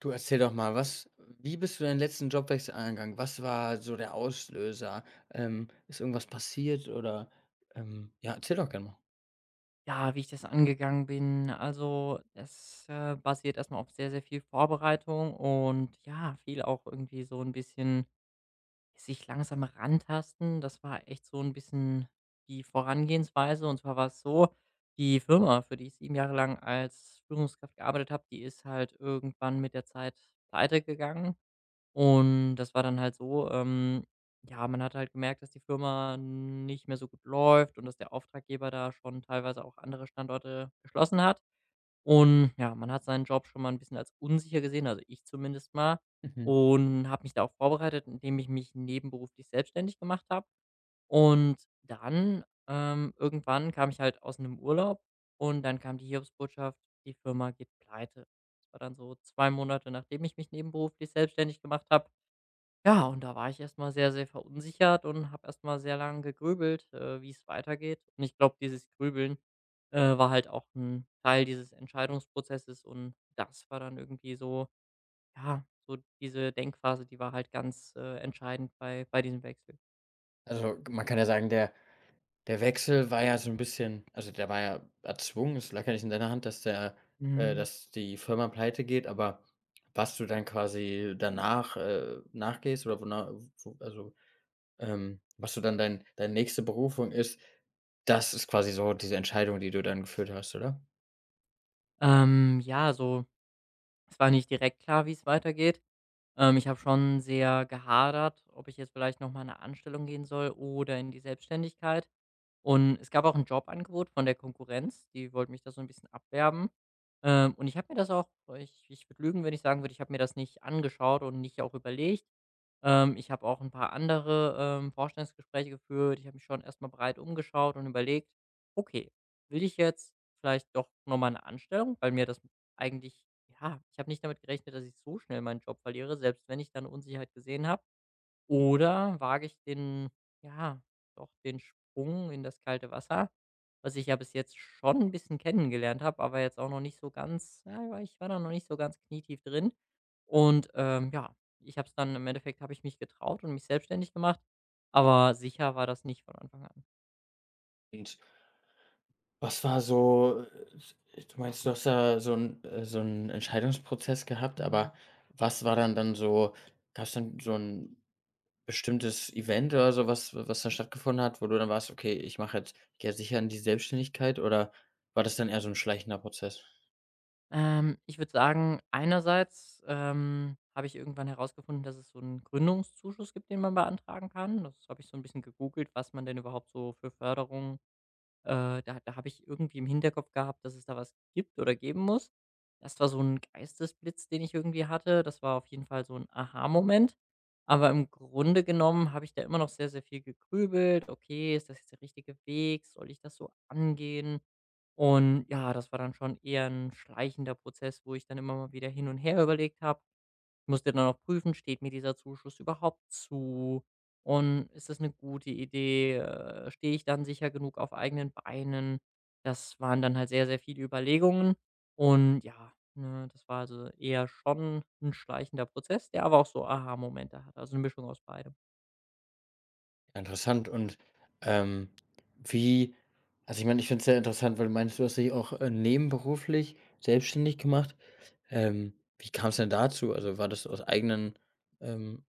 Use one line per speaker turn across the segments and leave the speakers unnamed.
Du erzähl doch mal, was wie bist du deinen letzten Jobwechsel angegangen? Was war so der Auslöser? Ist irgendwas passiert oder, ja, erzähl doch gerne mal.
Ja, wie ich das angegangen bin. Also, das, basiert erstmal auf sehr, sehr viel Vorbereitung und ja, viel auch irgendwie so ein bisschen sich langsam rantasten. Das war echt so ein bisschen die Vorangehensweise. Und zwar war es so, die Firma, für die ich 7 Jahre lang als Führungskraft gearbeitet habe, die ist halt irgendwann mit der Zeit pleite gegangen. Und das war dann halt so, ja, man hat halt gemerkt, dass die Firma nicht mehr so gut läuft und dass der Auftraggeber da schon teilweise auch andere Standorte geschlossen hat. Und ja, man hat seinen Job schon mal ein bisschen als unsicher gesehen, also ich zumindest mal,
Mhm.
und habe mich da auch vorbereitet, indem ich mich nebenberuflich selbstständig gemacht habe. Und dann, irgendwann kam ich halt aus einem Urlaub und dann kam die Hiobsbotschaft: „Die Firma geht pleite." Das war dann so 2 Monate, nachdem ich mich nebenberuflich selbstständig gemacht habe. Ja, und da war ich erstmal sehr, sehr verunsichert und habe erstmal sehr lange gegrübelt, wie es weitergeht. Und ich glaube, dieses Grübeln, war halt auch ein Teil dieses Entscheidungsprozesses und das war dann irgendwie so ja, so diese Denkphase, die war halt ganz, entscheidend bei diesem Wechsel.
Also, man kann ja sagen, der Wechsel war ja so ein bisschen der war ja erzwungen. Es lag ja nicht in deiner Hand, dass der
Mhm.
dass die Firma pleite geht, aber was du dann quasi danach, nachgehst oder wona wo also, was du dann deine nächste Berufung ist, das ist quasi so diese Entscheidung, die du dann geführt hast, oder?
Ja, so es war nicht direkt klar, wie es weitergeht. Ich habe schon sehr gehadert, ob ich jetzt vielleicht noch mal in 'ne Anstellung gehen soll oder in die Selbstständigkeit. Und es gab auch 'n Jobangebot von der Konkurrenz, die wollten mich da so ein bisschen abwerben. Und ich habe mir das auch. Ich würde lügen, wenn ich sagen würde, ich habe mir das nicht angeschaut und nicht auch überlegt. Ich habe auch ein paar andere, Vorstellungsgespräche geführt. Ich habe mich schon erst mal breit umgeschaut und überlegt: „Okay, will ich jetzt vielleicht doch noch mal 'ne Anstellung, weil mir das eigentlich ja, ich habe nicht damit gerechnet, dass ich so schnell meinen Job verliere, selbst wenn ich dann Unsicherheit gesehen habe. Oder wage ich den ja, doch den Sprung in das kalte Wasser, was ich ja bis jetzt schon ein bisschen kennengelernt habe, aber jetzt auch noch nicht so ganz ja, weil ich war da noch nicht so ganz knietief drin. Und, ja, ich habe es dann im Endeffekt habe ich mich getraut und mich selbstständig gemacht, aber sicher war das nicht von Anfang an.
Und was war so du meinst, du hast da so 'n Entscheidungsprozess gehabt, aber was war dann so gab's dann so 'n bestimmtes Event oder so was, was da stattgefunden hat, wo du dann warst: „Okay, ich gehe jetzt sicher in die Selbstständigkeit“, oder war das dann eher so 'n schleichender Prozess?
Ich würde sagen, einerseits, habe ich irgendwann herausgefunden, dass es so einen Gründungszuschuss gibt, den man beantragen kann. Das habe ich so ein bisschen gegoogelt, was man denn überhaupt so für Förderung da habe ich irgendwie im Hinterkopf gehabt, dass es da was gibt oder geben muss. Das war so ein Geistesblitz, den ich irgendwie hatte. Das war auf jeden Fall so ein Aha-Moment. Aber im Grunde genommen habe ich da immer noch sehr, sehr viel gegrübelt: „Okay, ist das jetzt der richtige Weg? Soll ich das so angehen?" Und ja, das war dann schon eher ein schleichender Prozess, wo ich dann immer mal wieder hin und her überlegt habe. Musste dann auch prüfen, steht mir dieser Zuschuss überhaupt zu? Und ist das eine gute Idee? Stehe ich dann sicher genug auf eigenen Beinen? Das waren dann halt sehr, sehr viele Überlegungen. Und ja, ne, das war also eher schon ein schleichender Prozess, der aber auch so Aha-Momente hat also eine Mischung aus beidem.
Interessant und, ähm, wie also, ich meine, ich finde es sehr interessant, weil du meinst, du hast dich auch, nebenberuflich selbstständig gemacht. Wie kam es denn dazu? Also, war das aus eigenen ähm,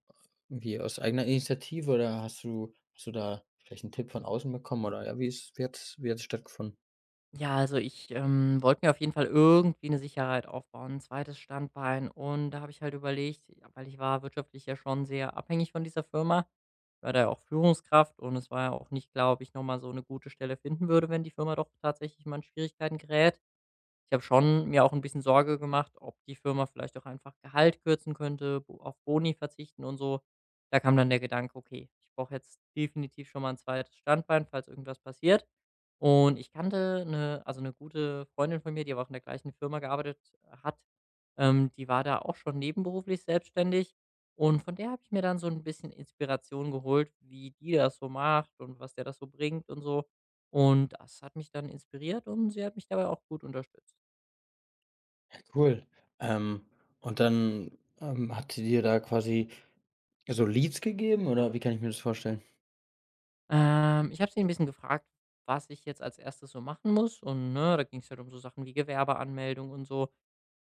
irgendwie aus eigener Initiative oder hast du da vielleicht einen Tipp von außen bekommen oder ja, wie hat's stattgefunden?
Ja, also ich, wollte mir auf jeden Fall irgendwie eine Sicherheit aufbauen, ein zweites Standbein. Und da habe ich halt überlegt ja, weil ich war wirtschaftlich ja schon sehr abhängig von dieser Firma. Ich war da ja auch Führungskraft und es war ja auch nicht klar, ob ich noch mal so eine gute Stelle finden würde, wenn die Firma doch tatsächlich mal in Schwierigkeiten gerät. Ich habe schon mir auch ein bisschen Sorge gemacht, ob die Firma vielleicht auch einfach Gehalt kürzen könnte, bo auf Boni verzichten und so. Da kam dann der Gedanke: „Okay, ich brauche jetzt definitiv schon mal ein zweites Standbein, falls irgendwas passiert." Und ich kannte eine, also eine gute Freundin von mir, die aber auch in der gleichen Firma gearbeitet hat, die war da auch schon nebenberuflich selbstständig und von der habe ich mir dann so ein bisschen Inspiration geholt, wie die das so macht und was der das so bringt und so. Und das hat mich dann inspiriert und sie hat mich dabei auch gut unterstützt.
Ja, cool. Ähm, und dann, hat sie dir da quasi so Leads gegeben oder wie kann ich mir das vorstellen?
Ich habe sie ein bisschen gefragt, was ich jetzt als Erstes so machen muss und, ne, da ging es halt um so Sachen wie Gewerbeanmeldung und so.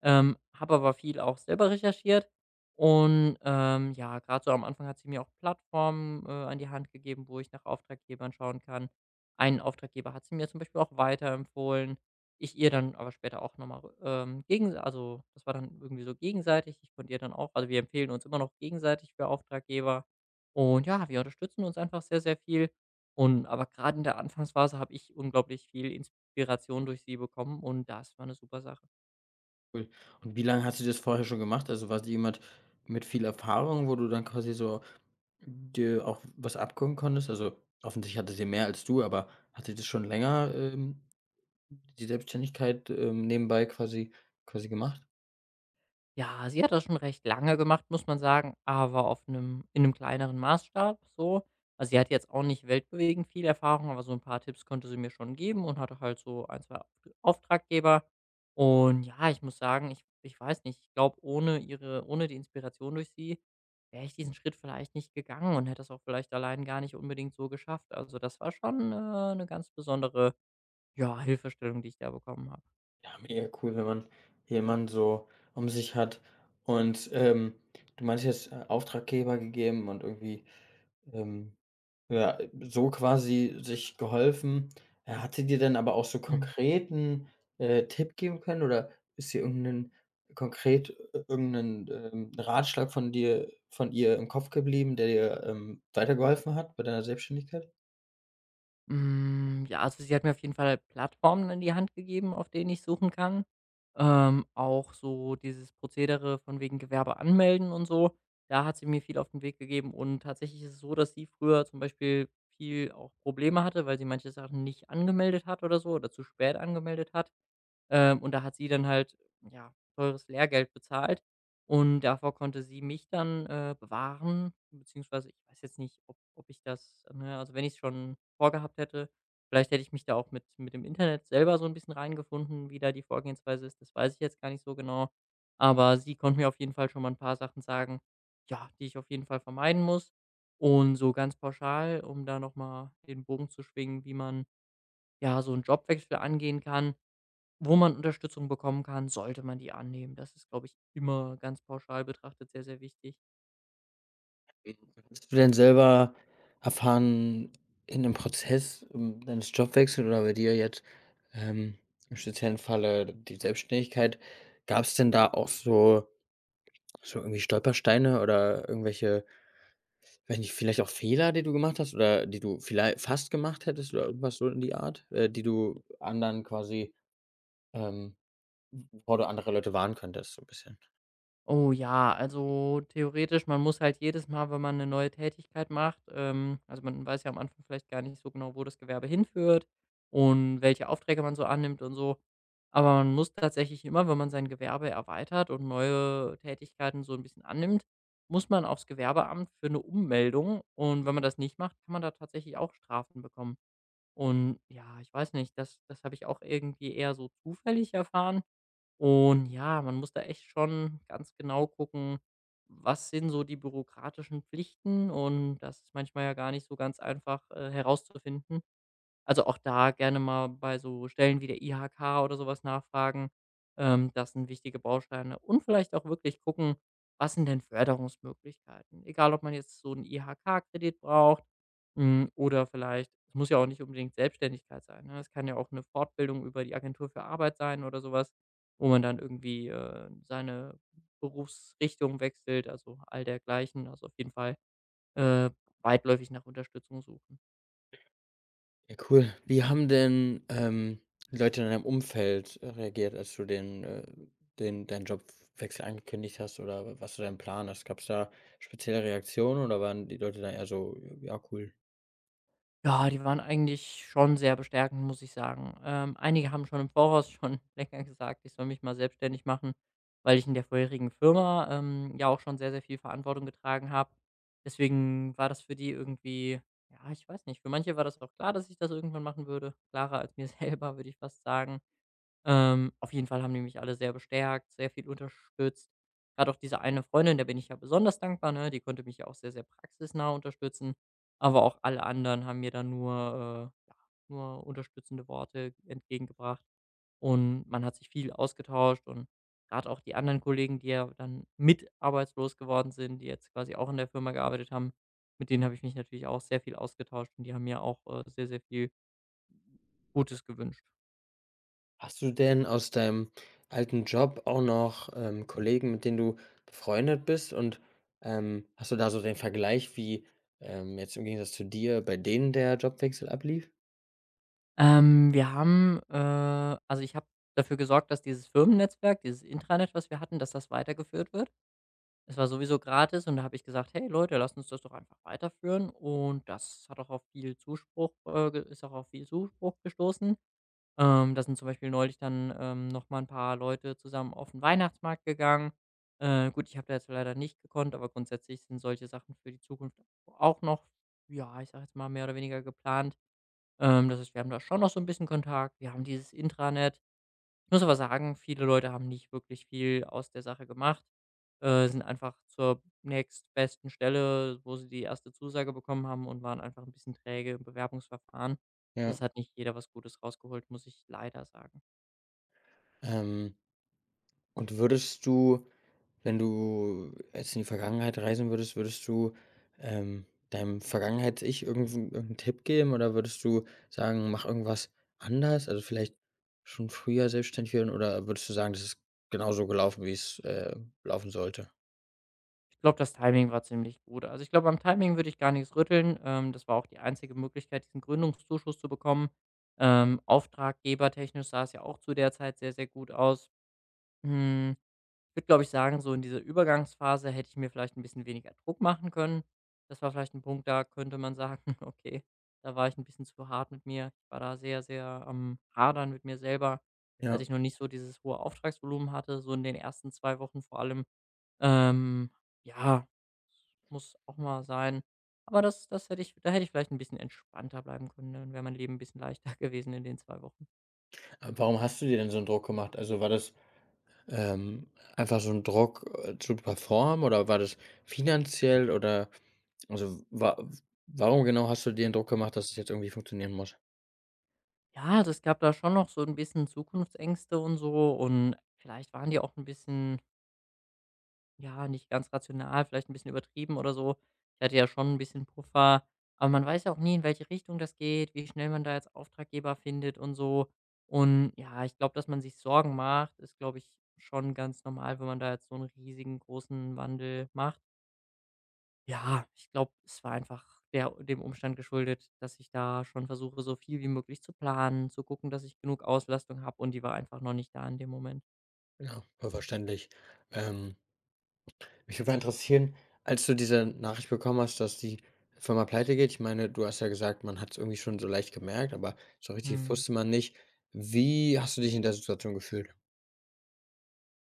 Habe aber viel auch selber recherchiert und, ja, gerade so am Anfang hat sie mir auch Plattformen, an die Hand gegeben, wo ich nach Auftraggebern schauen kann. Einen Auftraggeber hat sie mir zum Beispiel auch weiterempfohlen. Ich ihr dann aber später auch nochmal mal, gegen also, das war dann irgendwie so gegenseitig. Ich konnte ihr dann auch also, wir empfehlen uns immer noch gegenseitig für Auftraggeber und ja, wir unterstützen uns einfach sehr, sehr viel und aber gerade in der Anfangsphase habe ich unglaublich viel Inspiration durch sie bekommen und das war eine super Sache.
Cool. Und wie lange hast du das vorher schon gemacht? Also, warst du jemand mit viel Erfahrung, wo du dann quasi so dir auch was abgucken konntest? Also, offensichtlich hatte sie mehr als du, aber hatte sie das schon länger, die Selbstständigkeit, nebenbei quasi gemacht?
Ja, sie hat das schon recht lange gemacht, muss man sagen, aber auf einem in einem kleineren Maßstab so. Also, sie hat jetzt auch nicht weltbewegend viel Erfahrung, aber so ein paar Tipps konnte sie mir schon geben und hatte halt so 1, 2 Auftraggeber. Und ja, ich muss sagen, ich weiß nicht, ich glaube, ohne die Inspiration durch sie wäre ich diesen Schritt vielleicht nicht gegangen und hätte das auch vielleicht allein gar nicht unbedingt so geschafft. Also, das war schon, 'ne ganz besondere, ja, Hilfestellung, die ich da bekommen habe.
Ja, mega cool, wenn man jemanden so um sich hat. Und, du meinst jetzt, Auftraggeber gegeben und irgendwie Ähm, ja, so quasi sich geholfen. Ja, hat sie dir denn aber auch so konkreten, Tipp geben können oder ist dir irgend konkret ir irgend Ratschlag von dir von ihr im Kopf geblieben, der dir, weitergeholfen hat bei deiner Selbstständigkeit?
Hm, ja, also sie hat mir auf jeden Fall Plattformen in die Hand gegeben, auf denen ich suchen kann. Auch so dieses Prozedere von wegen Gewerbe anmelden und so, da hat sie mir viel auf den Weg gegeben. Und tatsächlich ist es so, dass sie früher zum Beispiel viel auch Probleme hatte, weil sie manche Sachen nicht angemeldet hat oder so oder zu spät angemeldet hat. Und da hat sie dann halt, ja, teures Lehrgeld bezahlt und davor konnte sie mich dann, bewahren, beziehungsweise ich weiß jetzt nicht, ob ich das ne, also wenn ich es schon vorgehabt hätte, vielleicht hätte ich mich da auch mit dem Internet selber so ein bisschen reingefunden, wie da die Vorgehensweise ist, das weiß ich jetzt gar nicht so genau. Aber sie konnte mir auf jeden Fall schon mal ein paar Sachen sagen, ja, die ich auf jeden Fall vermeiden muss. Und so ganz pauschal, um da noch mal den Bogen zu schwingen, wie man, ja, so 'n Jobwechsel angehen kann wo man Unterstützung bekommen kann, sollte man die annehmen. Das ist, glaube ich, immer ganz pauschal betrachtet sehr, sehr wichtig.
Hast du denn selber erfahren in dem Prozess, deines Jobwechsels oder bei dir jetzt, ähm, im speziellen Falle die Selbstständigkeit, gab es denn da auch so irgendwie Stolpersteine oder irgendwelche weiß nicht, vielleicht auch Fehler, die du gemacht hast oder die du vielleicht fast gemacht hättest oder irgendwas so in die Art, die du anderen quasi, ähm wovor du andere Leute warnen könntest, so 'n bisschen?
Oh ja, also theoretisch, man muss halt jedes Mal, wenn man eine neue Tätigkeit macht also man weiß ja am Anfang vielleicht gar nicht so genau, wo das Gewerbe hinführt und welche Aufträge man so annimmt und so. Aber man muss tatsächlich immer, wenn man sein Gewerbe erweitert und neue Tätigkeiten so ein bisschen annimmt, muss man aufs Gewerbeamt für eine Ummeldung und wenn man das nicht macht, kann man da tatsächlich auch Strafen bekommen. Und ja, ich weiß nicht, das habe ich auch irgendwie eher so zufällig erfahren. Und ja, man muss da echt schon ganz genau gucken, was sind so die bürokratischen Pflichten und das ist manchmal ja gar nicht so ganz einfach, herauszufinden. Also, auch da gerne mal bei so Stellen wie der IHK oder sowas nachfragen. Das sind wichtige Bausteine und vielleicht auch wirklich gucken, was sind denn Förderungsmöglichkeiten? Egal, ob man jetzt so 'n IHK-Kredit braucht, oder vielleicht es muss ja auch nicht unbedingt Selbstständigkeit sein, ne? Es kann ja auch eine Fortbildung über die Agentur für Arbeit sein oder sowas, wo man dann irgendwie, seine Berufsrichtung wechselt, also all dergleichen. Also, auf jeden Fall, äh, weitläufig nach Unterstützung suchen.
Ja, cool. Wie haben denn, Leute in deinem Umfeld reagiert, als du den deinen Jobwechsel angekündigt hast oder was du deinen Plan hast? Gab es da spezielle Reaktionen oder waren die Leute da eher so: „Ja, cool?“
Ja, die waren eigentlich schon sehr bestärkend, muss ich sagen. Einige haben schon im Voraus schon länger gesagt, ich soll mich mal selbstständig machen, weil ich in der vorherigen Firma, ja auch schon sehr, sehr viel Verantwortung getragen habe. Deswegen war das für die irgendwie ja, ich weiß nicht, für manche war das auch klar, dass ich das irgendwann machen würde, klarer als mir selber, würde ich fast sagen. Auf jeden Fall haben die mich alle sehr bestärkt, sehr viel unterstützt. Gerade auch diese eine Freundin, der bin ich ja besonders dankbar, ne? Die konnte mich ja auch sehr, sehr praxisnah unterstützen. Aber auch alle anderen haben mir dann nur, ja, nur unterstützende Worte entgegengebracht. Und man hat sich viel ausgetauscht und gerade auch die anderen Kollegen, die ja dann mit arbeitslos geworden sind, die jetzt quasi auch in der Firma gearbeitet haben, mit denen habe ich mich natürlich auch sehr viel ausgetauscht und die haben mir auch, sehr, sehr viel Gutes gewünscht.
Hast du denn aus deinem alten Job auch noch, Kollegen, mit denen du befreundet bist? Und, hast du da so den Vergleich, wie, jetzt im Gegensatz zu dir, bei denen der Jobwechsel ablief?
Ich habe dafür gesorgt, dass dieses Firmennetzwerk, dieses Intranet, was wir hatten, dass das weitergeführt wird. Es war sowieso gratis und da habe ich gesagt: „Hey Leute, lasst uns das doch einfach weiterführen.“ Und das hat auch auf viel Zuspruch ge ist auch auf viel Zuspruch gestoßen. Da sind zum Beispiel neulich dann, noch mal 'n paar Leute zusammen auf den Weihnachtsmarkt gegangen. Gut, ich habe da jetzt leider nicht gekonnt, aber grundsätzlich sind solche Sachen für die Zukunft auch noch, ja, ich sage jetzt mal, mehr oder weniger geplant. Das heißt, wir haben da schon noch so ein bisschen Kontakt. Wir haben dieses Intranet. Ich muss aber sagen, viele Leute haben nicht wirklich viel aus der Sache gemacht, sind einfach zur nächstbesten Stelle, wo sie die erste Zusage bekommen haben und waren einfach ein bisschen träge im Bewerbungsverfahren.
Ja.
Das hat nicht jeder was Gutes rausgeholt, muss ich leider sagen.
Ähm, und würdest du wenn du jetzt in die Vergangenheit reisen würdest, würdest du, deinem Vergangenheits-Ich irgendw 'n Tipp geben oder würdest du sagen: „Mach irgendwas anders“, also, vielleicht schon früher selbstständig werden, oder würdest du sagen, das ist genauso gelaufen, wie's laufen sollte?
Ich glaube, das Timing war ziemlich gut. Also, ich glaube, am Timing würde ich gar nichts rütteln. Das war auch die einzige Möglichkeit, diesen Gründungszuschuss zu bekommen. Auftraggebertechnisch sah es ja auch zu der Zeit sehr, sehr gut aus. Hm. Ich würde, glaube ich, sagen, so in dieser Übergangsphase hätte ich mir vielleicht ein bisschen weniger Druck machen können. Das war vielleicht ein Punkt, da könnte man sagen: „Okay, da war ich ein bisschen zu hart mit mir.“ Ich war da sehr, sehr am Hadern mit mir selber, als
Ja.
ich noch nicht so dieses hohe Auftragsvolumen hatte, so in den ersten 2 Wochen vor allem. Ähm, ja, Muss auch mal sein. Aber das das hätte ich da hätte ich vielleicht ein bisschen entspannter bleiben können, ne, dann wäre mein Leben ein bisschen leichter gewesen in den 2 Wochen.
Aber warum hast du dir denn so einen Druck gemacht? Also, war das, ähm, einfach so ein Druck, zu performen oder war das finanziell oder also, wa warum genau hast du dir den Druck gemacht, dass es jetzt irgendwie funktionieren muss?
Ja, also es gab da schon noch so ein bisschen Zukunftsängste und so und vielleicht waren die auch ein bisschen, ja, nicht ganz rational, vielleicht ein bisschen übertrieben oder so. Ich hatte ja schon ein bisschen Puffer, aber man weiß ja auch nie, in welche Richtung das geht, wie schnell man da jetzt Auftraggeber findet und so. Und ja, ich glaube, dass man sich Sorgen macht, ist, glaube ich, schon ganz normal, wenn man da jetzt so einen riesigen, großen Wandel macht. Ja, ich glaube, es war einfach der dem Umstand geschuldet, dass ich da schon versuche, so viel wie möglich zu planen, zu gucken, dass ich genug Auslastung habe und die war einfach noch nicht da in dem Moment.
Ja, voll verständlich. Ähm, mich würde mal interessieren, als du diese Nachricht bekommen hast, dass die Firma pleite geht, ich meine, du hast ja gesagt, man hat es irgendwie schon so leicht gemerkt, aber so richtig
Mhm.
wusste man nicht. Wie hast du dich in der Situation gefühlt?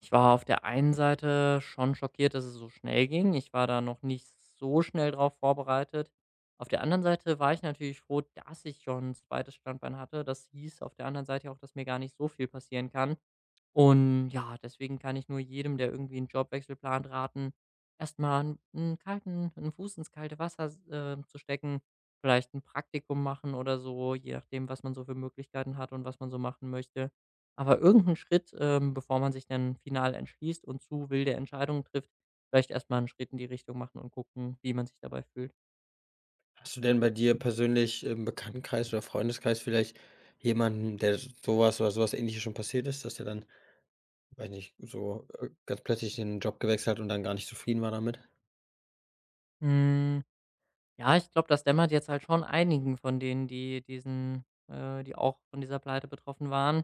Ich war auf der einen Seite schon schockiert, dass es so schnell ging. Ich war da noch nicht so schnell drauf vorbereitet. Auf der anderen Seite war ich natürlich froh, dass ich schon ein zweites Standbein hatte. Das hieß auf der anderen Seite auch, dass mir gar nicht so viel passieren kann. Und ja, deswegen kann ich nur jedem, der irgendwie einen Jobwechsel plant, raten, erstmal einen Fuß ins kalte Wasser s zu stecken, vielleicht ein Praktikum machen oder so, je nachdem, was man so für Möglichkeiten hat und was man so machen möchte. Aber irgendeinen Schritt, bevor man sich dann final entschließt und zu wilde Entscheidungen trifft, vielleicht erstmal einen Schritt in die Richtung machen und gucken, wie man sich dabei fühlt.
Hast du denn bei dir persönlich im Bekanntenkreis oder Freundeskreis vielleicht jemanden, der sowas oder sowas Ähnliches schon passiert ist, dass der dann, weiß nicht, so ganz plötzlich den Job gewechselt hat und dann gar nicht zufrieden war damit?
Hm, ja, ich glaube, das dämmert jetzt halt schon einigen von denen, die die auch von dieser Pleite betroffen waren.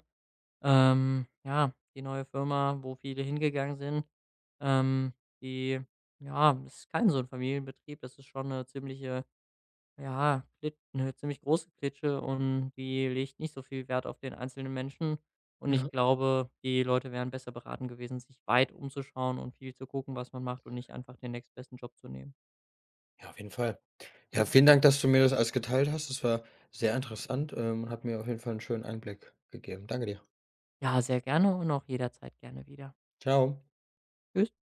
Ja, die neue Firma, wo viele hingegangen sind, ähm, die ja, das ist kein so ein Familienbetrieb, das ist schon eine ziemliche ja, Klit 'ne ziemlich große Klitsche und die legt nicht so viel Wert auf den einzelnen Menschen. Und ich
Ja.
glaube, die Leute wären besser beraten gewesen, sich weit umzuschauen und viel zu gucken, was man macht und nicht einfach den nächstbesten Job zu nehmen.
Ja, auf jeden Fall. Ja, vielen Dank, dass du mir das alles geteilt hast. Das war sehr interessant, und hat mir auf jeden Fall einen schönen Einblick gegeben. Danke dir.
Ja, sehr gerne und auch jederzeit gerne wieder.
Ciao.
Tschüss.